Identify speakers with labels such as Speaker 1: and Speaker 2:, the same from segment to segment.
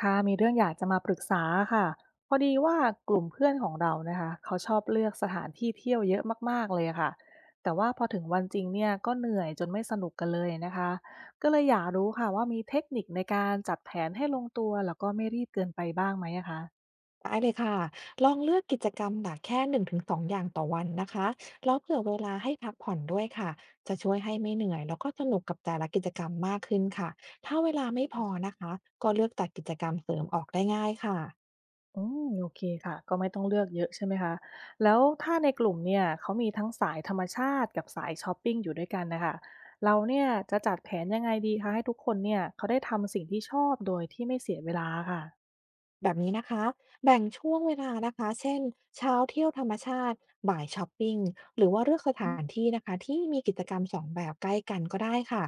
Speaker 1: ค่ะมีเรื่องอยากจะมาปรึกษาค่ะพอดีว่ากลุ่มเพื่อนของเรานะคะเขาชอบเลือกสถานที่เที่ยวเยอะมากๆเลยค่ะแต่ว่าพอถึงวันจริงเนี่ยก็เหนื่อยจนไม่สนุกกันเลยนะคะก็เลยอยากรู้ค่ะว่ามีเทคนิคในการจัดแผนให้ลงตัวแล้วก็ไม่รีบเกินไปบ้างไหมอะคะ
Speaker 2: ได้เลยค่ะลองเลือกกิจกรรมหนักแค่1-2องอย่างต่อวันนะคะแล้วเผื่อเวลาให้พักผ่อนด้วยค่ะจะช่วยให้ไม่เหนื่อยแล้วก็สนุกกับแต่ละกิจกรรมมากขึ้นค่ะถ้าเวลาไม่พอนะคะก็เลือกตัดกิจกรรมเสริมออกได้ง่ายค่ะ
Speaker 1: อืมโอเคค่ะก็ไม่ต้องเลือกเยอะใช่ไหมคะแล้วถ้าในกลุ่มเนี่ยเขามีทั้งสายธรรมชาติกับสายชอปปิ้งอยู่ด้วยกันนะคะเราเนี่ยจะจัดแผนยังไงดีคะให้ทุกคนเนี่ยเขาได้ทำสิ่งที่ชอบโดยที่ไม่เสียเวลาค่ะ
Speaker 2: แบบนี้นะคะแบ่งช่วงเวลานะคะเช่นเช้าเที่ยวธรรมชาติบ่ายช้อปปิ้งหรือว่าเลือกส
Speaker 1: อื
Speaker 2: ถาน
Speaker 1: ม
Speaker 2: ที่นะคะที่มีกิจกรรมสองแบบใกล้กันก็ได้ค่ะ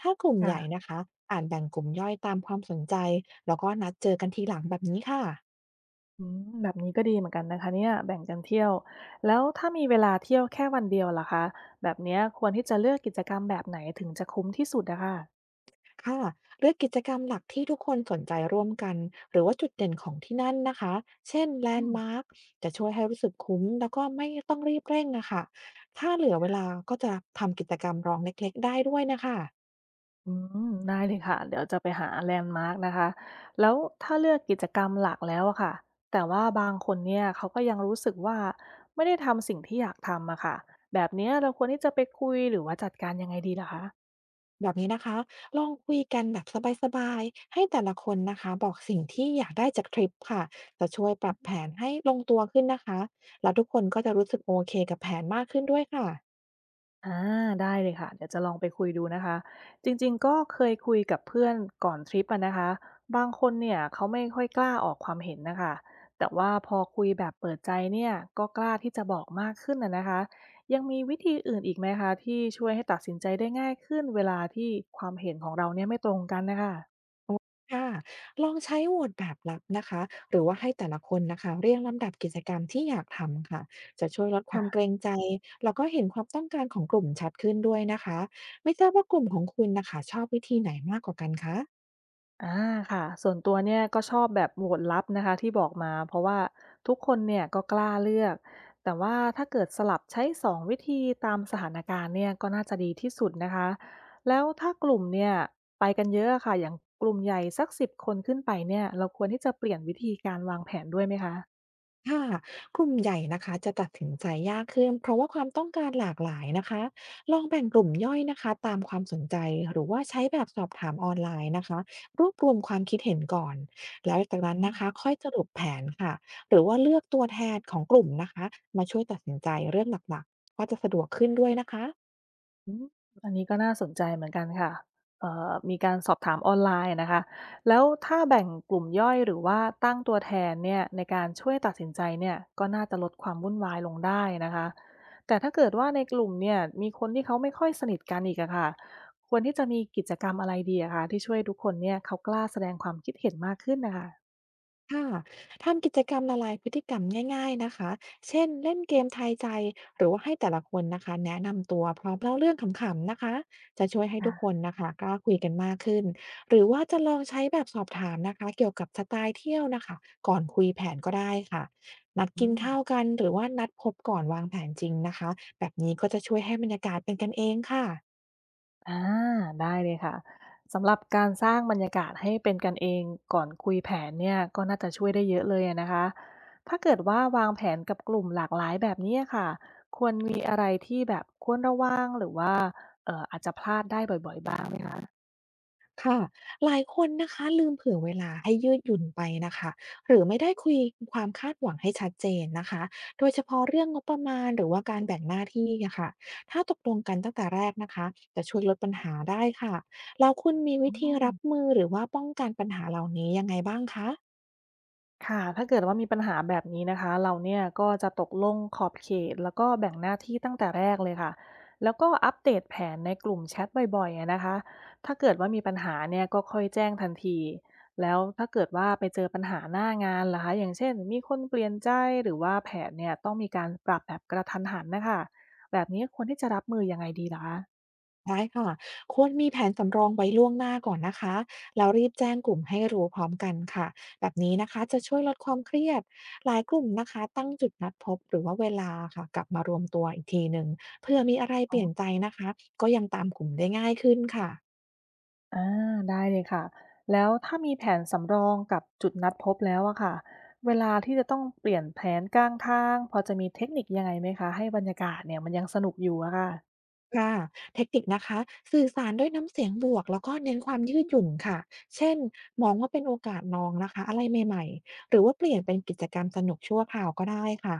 Speaker 2: ถ้ากลุ่มใหญ่
Speaker 1: ค่ะ
Speaker 2: นะคะอาจแบ่งกลุ่มย่อยตามความสนใจแล้วก็นัดเจอกันทีหลังแบบนี้ค่ะ
Speaker 1: อืมแบบนี้ก็ดีเหมือนกันนะคะเนี่ยแบ่งกันเที่ยวแล้วถ้ามีเวลาเที่ยวแค่วันเดียวล่ะคะแบบเนี้ยควรที่จะเลือกกิจกรรมแบบไหนถึงจะคุ้มที่สุดนะคะ
Speaker 2: ค่ะเลือกกิจกรรมหลักที่ทุกคนสนใจร่วมกันหรือว่าจุดเด่นของที่นั่นนะคะเช่นแล
Speaker 1: อื
Speaker 2: น
Speaker 1: ม
Speaker 2: ด์มาร์คจะช่วยให้รู้สึกคุ้มแล้วก็ไม่ต้องรีบเร่งนะคะถ้าเหลือเวลาก็จะทำกิจกรรมรองเล็กๆได้ด้วยนะคะ
Speaker 1: อืมได้เลยค่ะเดี๋ยวจะไปหาแลนด์มาร์กนะคะแล้วถ้าเลือกกิจกรรมหลักแล้วอะค่ะแต่ว่าบางคนเนี่ยเขาก็ยังรู้สึกว่าไม่ได้ทำสิ่งที่อยากทำอะค่ะแบบเนี้ยเราควรที่จะไปคุยหรือว่าจัดการยังไงดีล่ะคะ
Speaker 2: แบบนี้นะคะลองคุยกันแบบสบายๆให้แต่ละคนนะคะบอกสิ่งที่อยากได้จากทริปค่ะจะช่วยปรับแผนให้ลงตัวขึ้นนะคะแล้วทุกคนก็จะรู้สึกโอเคกับแผนมากขึ้นด้วยค่ะ
Speaker 1: อาได้เลยค่ะเดี๋ยวจะลองไปคุยดูนะคะจริงๆก็เคยคุยกับเพื่อนก่อนทริปอะนะคะบางคนเนี่ยเขาไม่ค่อยกล้าออกความเห็นนะคะแต่ว่าพอคุยแบบเปิดใจเนี่ยก็กล้าที่จะบอกมากขึ้นอะนะคะยังมีวิธีอื่นอีกไหมคะที่ช่วยให้ตัดสินใจได้ง่ายขึ้นเวลาที่ความเห็นของเราเนี่ยไม่ตรงกันนะคะ
Speaker 2: ค่ะลองใช้โหวตแบบลับนะคะหรือว่าให้แต่ละคนนะคะเรียงลำดับกิจกรรมที่อยากทำค่ะจะช่วยลดความเกรงใจแล้วก็เห็นความต้องการของกลุ่มชัดขึ้นด้วยนะคะไม่ทราบว่ากลุ่มของคุณนะคะชอบวิธีไหนมากกว่ากันคะ
Speaker 1: อาค่ะส่วนตัวเนี่ยก็ชอบแบบโหวตลับนะคะที่บอกมาเพราะว่าทุกคนเนี่ยก็กล้าเลือกแต่ว่าถ้าเกิดสลับใช้2วิธีตามสถานการณ์เนี่ยก็น่าจะดีที่สุดนะคะแล้วถ้ากลุ่มเนี่ยไปกันเยอะอค่ะอย่างกลุ่มใหญ่สัก10คนขึ้นไปเนี่ยเราควรที่จะเปลี่ยนวิธีการวางแผนด้วยไหมคะ
Speaker 2: ค่ะกลุ่มใหญ่นะคะจะตัดสินใจยากขึ้นเพราะว่าความต้องการหลากหลายนะคะลองแบ่งกลุ่มย่อยนะคะตามความสนใจหรือว่าใช้แบบสอบถามออนไลน์นะคะรวบรวมความคิดเห็นก่อนแล้วจากนั้นนะคะค่อยสรุปแผนค่ะหรือว่าเลือกตัวแทนของกลุ่มนะคะมาช่วยตัดสินใจเรื่องหลักๆก็จะสะดวกขึ้นด้วยนะคะ
Speaker 1: อืมอันนี้ก็น่าสนใจเหมือนกันค่ะมีการสอบถามออนไลน์นะคะแล้วถ้าแบ่งกลุ่มย่อยหรือว่าตั้งตัวแทนเนี่ยในการช่วยตัดสินใจเนี่ยก็น่าจะลดความวุ่นวายลงได้นะคะแต่ถ้าเกิดว่าในกลุ่มเนี่ยมีคนที่เขาไม่ค่อยสนิทกันอีกอะค่ะควรที่จะมีกิจกรรมอะไรดีอะคะที่ช่วยทุกคนเนี่ยเขากล้าแสดงความคิดเห็นมากขึ้นนะคะ
Speaker 2: ค่ะทำกิจกรรมละลายพฤติกรรมง่ายๆนะคะ เช่นเล่นเกมทายใจหรือว่าให้แต่ละคนนะคะแนะนำตัวพร้อมเล่าเรื่องขำๆนะคะจะช่วยให้ทุ
Speaker 1: ค่ะ
Speaker 2: กคนนะคะกล้าคุยกันมากขึ้นหรือว่าจะลองใช้แบบสอบถามนะคะเกี่ยวกับสไตล์เที่ยวนะคะก่อนคุยแผนก็ได้ค่ะนัด
Speaker 1: อื
Speaker 2: กิน
Speaker 1: ม
Speaker 2: ข้าวกันหรือว่านัดพบก่อนวางแผนจริงนะคะแบบนี้ก็จะช่วยให้บรรยากาศเป็นกันเองค่ะ
Speaker 1: อาได้เลยค่ะสำหรับการสร้างบรรยากาศให้เป็นกันเองก่อนคุยแผนเนี่ยก็น่าจะช่วยได้เยอะเลยอะนะคะถ้าเกิดว่าวางแผนกับกลุ่มหลากหลายแบบนี้อะค่ะควรมีอะไรที่แบบควรระวังหรือว่าอาจจะพลาดได้บ่อยๆบ้างไหมคะ
Speaker 2: ค่ะหลายคนนะคะลืมเผื่อเวลาให้ยืดหยุ่นไปนะคะหรือไม่ได้คุยความคาดหวังให้ชัดเจนนะคะโดยเฉพาะเรื่องงบประมาณหรือว่าการแบ่งหน้าที่อะค่ะถ้าตกลงกันตั้งแต่แรกนะคะจะช่วยลดปัญหาได้ค่ะแล้วคุณมีวิธีรับมือหรือว่าป้องกันปัญหาเหล่านี้ยังไงบ้างคะ
Speaker 1: ค่ะถ้าเกิดว่ามีปัญหาแบบนี้นะคะเราเนี่ยก็จะตกลงขอบเขตแล้วก็แบ่งหน้าที่ตั้งแต่แรกเลยค่ะแล้วก็อัปเดตแผนในกลุ่มแชทบ่อยๆอะนะคะถ้าเกิดว่ามีปัญหาเนี่ยก็ค่อยแจ้งทันทีแล้วถ้าเกิดว่าไปเจอปัญหาหน้างานล่ะคะอย่างเช่นมีคนเปลี่ยนใจหรือว่าแผนเนี่ยต้องมีการปรับแบบกระทันหันนะคะแบบนี้ควรที่จะรับมือยังไงดีล่ะคะ
Speaker 2: ได้ค่ะควรมีแผนสำรองไว้ล่วงหน้าก่อนนะคะ แล้วรีบแจ้งกลุ่มให้รู้พร้อมกันค่ะ แบบนี้นะคะจะช่วยลดความเครียดหลายกลุ่มนะคะตั้งจุดนัดพบหรือว่าเวลาค่ะกลับมารวมตัวอีกทีหนึ่งเพื่อมีอะไรเปลี่ยนใจนะคะก็ยังตามกลุ่มได้ง่ายขึ้นค่ะ
Speaker 1: อาได้เลยค่ะแล้วถ้ามีแผนสำรองกับจุดนัดพบแล้วอะค่ะเวลาที่จะต้องเปลี่ยนแผนกลางทางพอจะมีเทคนิคยังไงไหมคะให้บรรยากาศเนี่ยมันยังสนุกอยู่อะค่ะ
Speaker 2: ค่ะเทคนิคนะคะสื่อสารด้วยน้ำเสียงบวกแล้วก็เน้นความยืดหยุ่นค่ะเช่นมองว่าเป็นโอกาสลองนะคะอะไรใหม่ๆหรือว่าเปลี่ยนเป็นกิจกรรมสนุกชั่วคราวก็ได้ค่ะ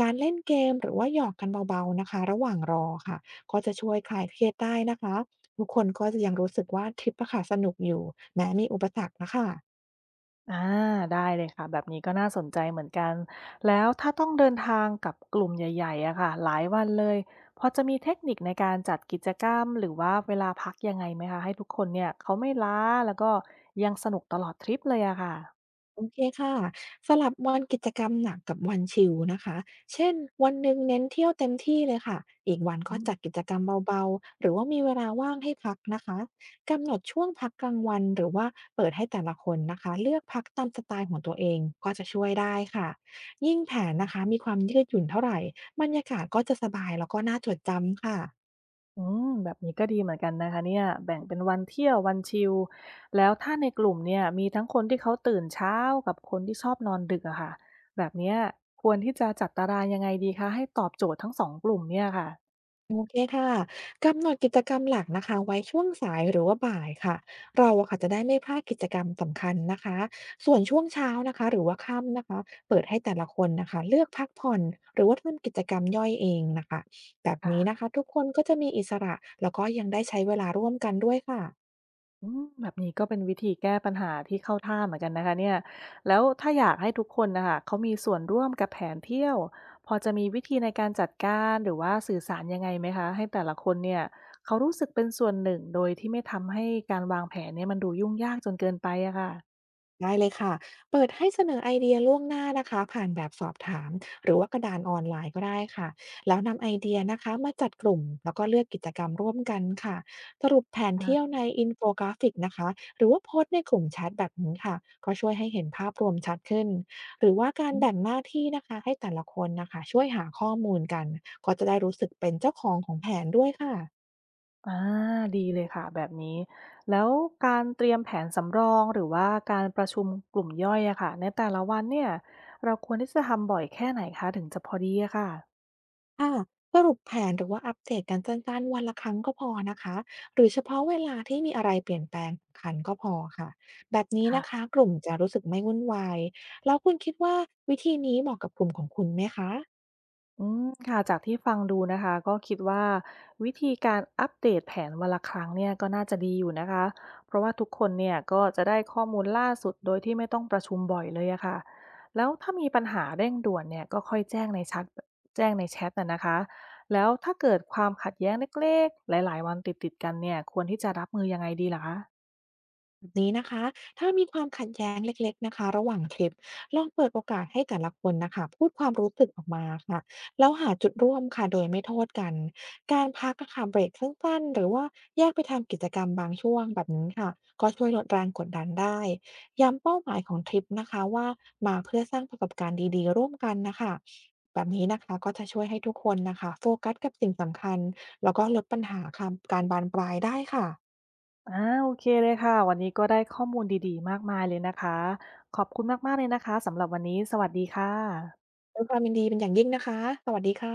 Speaker 2: การเล่นเกมหรือว่าหยอกกันเบาๆนะคะระหว่างรอค่ะก็จะช่วยคลายเครียดได้นะคะทุกคนก็จะยังรู้สึกว่าทริปอะค่ะสนุกอยู่แม้มีอุปสรรคนะคะ
Speaker 1: อาได้เลยค่ะแบบนี้ก็น่าสนใจเหมือนกันแล้วถ้าต้องเดินทางกับกลุ่มใหญ่ๆอะค่ะหลายวันเลยพอจะมีเทคนิคในการจัดกิจกรรมหรือว่าเวลาพักยังไงไหมคะให้ทุกคนเนี่ยเขาไม่ล้าแล้วก็ยังสนุกตลอดทริปเลยอะค่ะ
Speaker 2: โอเคค่ะสลับวันกิจกรรมหนักกับวันชิลนะคะเช่นวันหนึ่งเน้นเที่ยวเต็มที่เลยค่ะอีกวันก็
Speaker 1: อืม
Speaker 2: จัดกิจกรรมเบาๆหรือว่ามีเวลาว่างให้พักนะคะกำหนดช่วงพักกลางวันหรือว่าเปิดให้แต่ละคนนะคะเลือกพักตามสไตล์ของตัวเองก็จะช่วยได้ค่ะยิ่งแผนนะคะมีความยืดหยุ่นเท่าไหร่บรรยากาศก็จะสบายแล้วก็น่าจดจำค่ะ
Speaker 1: อืมแบบนี้ก็ดีเหมือนกันนะคะเนี่ยแบ่งเป็นวันเที่ยววันชิลแล้วถ้าในกลุ่มเนี่ยมีทั้งคนที่เขาตื่นเช้ากับคนที่ชอบนอนดึกอะค่ะแบบเนี้ยควรที่จะจัดตารางยังไงดีคะให้ตอบโจทย์ทั้งสองกลุ่มเนี่ยค่ะ
Speaker 2: โอเคค่ะกำหนดกิจกรรมหลักนะคะไว้ช่วงสายหรือว่าบ่ายค่ะเราอะค่ะจะได้ไม่พลาดกิจกรรมสำคัญนะคะส่วนช่วงเช้านะคะหรือว่าค่ำนะคะเปิดให้แต่ละคนนะคะเลือกพักผ่อนหรือว่าทำกิจกรรมย่อยเองนะคะแบบนี้นะ
Speaker 1: ค่ะ
Speaker 2: คะทุกคนก็จะมีอิสระแล้วก็ยังได้ใช้เวลาร่วมกันด้วยค่ะ
Speaker 1: อืมแบบนี้ก็เป็นวิธีแก้ปัญหาที่เข้าท่าเหมือนกันนะคะเนี่ยแล้วถ้าอยากให้ทุกคนนะคะเขามีส่วนร่วมกับแผนเที่ยวพอจะมีวิธีในการจัดการหรือว่าสื่อสารยังไงไหมคะให้แต่ละคนเนี่ยเขารู้สึกเป็นส่วนหนึ่งโดยที่ไม่ทำให้การวางแผนเนี่ยมันดูยุ่งยากจนเกินไปอะค่ะ
Speaker 2: ได้เลยค่ะ เปิดให้เสนอไอเดียล่วงหน้านะคะผ่านแบบสอบถามหรือว่ากระดานออนไลน์ก็ได้ค่ะ แล้วนำไอเดียนะคะมาจัดกลุ่มแล้วก็เลือกกิจกรรมร่วมกันค่ะ สรุปแผนเที่ยว
Speaker 1: อ
Speaker 2: ในอินโฟกราฟิกนะคะหรือว่าโพสต์ในกลุ่มแชทแบบนี้ค่ะก็ช่วยให้เห็นภาพรวมชัดขึ้นหรือว่าการแบ่ง
Speaker 1: า
Speaker 2: หน้าที่นะคะให้แต่ละคนนะคะช่วยหาข้อมูลกันก็จะได้รู้สึกเป็นเจ้าของของแผนด้วยค่ะ
Speaker 1: อ่าดีเลยค่ะแบบนี้แล้วการเตรียมแผนสำรองหรือว่าการประชุมกลุ่มย่อยอะค่ะในแต่ละวันเนี่ยเราควรที่จะทำบ่อยแค่ไหนคะถึงจะพอดีอะ
Speaker 2: ค่ะสรุปแผนหรือว่าอัปเดตกันสั้นๆวันละครั้งก็พอนะคะหรือเฉพาะเวลาที่มีอะไรเปลี่ยนแปลงสำคัญก็พอค่ะแบบนี้นะคะ
Speaker 1: ค่ะ
Speaker 2: กลุ่มจะรู้สึกไม่วุ่นวายแล้วคุณคิดว่าวิธีนี้เหมาะกับกลุ่มของคุณไหมคะ
Speaker 1: อืมค่ะจากที่ฟังดูนะคะก็คิดว่าวิธีการอัปเดตแผนวันละครั้งเนี่ยก็น่าจะดีอยู่นะคะเพราะว่าทุกคนเนี่ยก็จะได้ข้อมูลล่าสุดโดยที่ไม่ต้องประชุมบ่อยเลยอะค่ะแล้วถ้ามีปัญหาเร่งด่วนเนี่ยก็ค่อยแจ้งในแชทน่ะนะคะแล้วถ้าเกิดความขัดแย้งเล็กๆหลายๆวันติดๆกันเนี่ยควรที่จะรับมือยังไงดีล่ะคะ
Speaker 2: แบบนี้นะคะถ้ามีความขัดแย้งเล็กๆนะคะระหว่างทริปลองเปิดโอกาสให้แต่ละคนนะคะพูดความรู้สึกออกมาค่ะแล้วหาจุดร่วมค่ะโดยไม่โทษกันการพักอะค่ะเบรกสั้นๆหรือว่าแยกไปทำกิจกรรมบางช่วงแบบนี้ค่ะก็ช่วยลดแรงกดดันได้ย้ำเป้าหมายของทริปนะคะว่ามาเพื่อสร้างประสบการณ์ดีๆร่วมกันนะคะแบบนี้นะคะก็จะช่วยให้ทุกคนนะคะโฟกัสกับสิ่งสำคัญแล้วก็ลดปัญหาค่ะการบานปลายได้ค่ะ
Speaker 1: อาโอเคเลยค่ะวันนี้ก็ได้ข้อมูลดีๆมากมายเลยนะคะขอบคุณมากๆเลยนะคะสำหรับวันนี้สวัสดีค่ะ
Speaker 2: ด้วยความยินดีเป็นอย่างยิ่งนะคะ สวัสดีค่ะ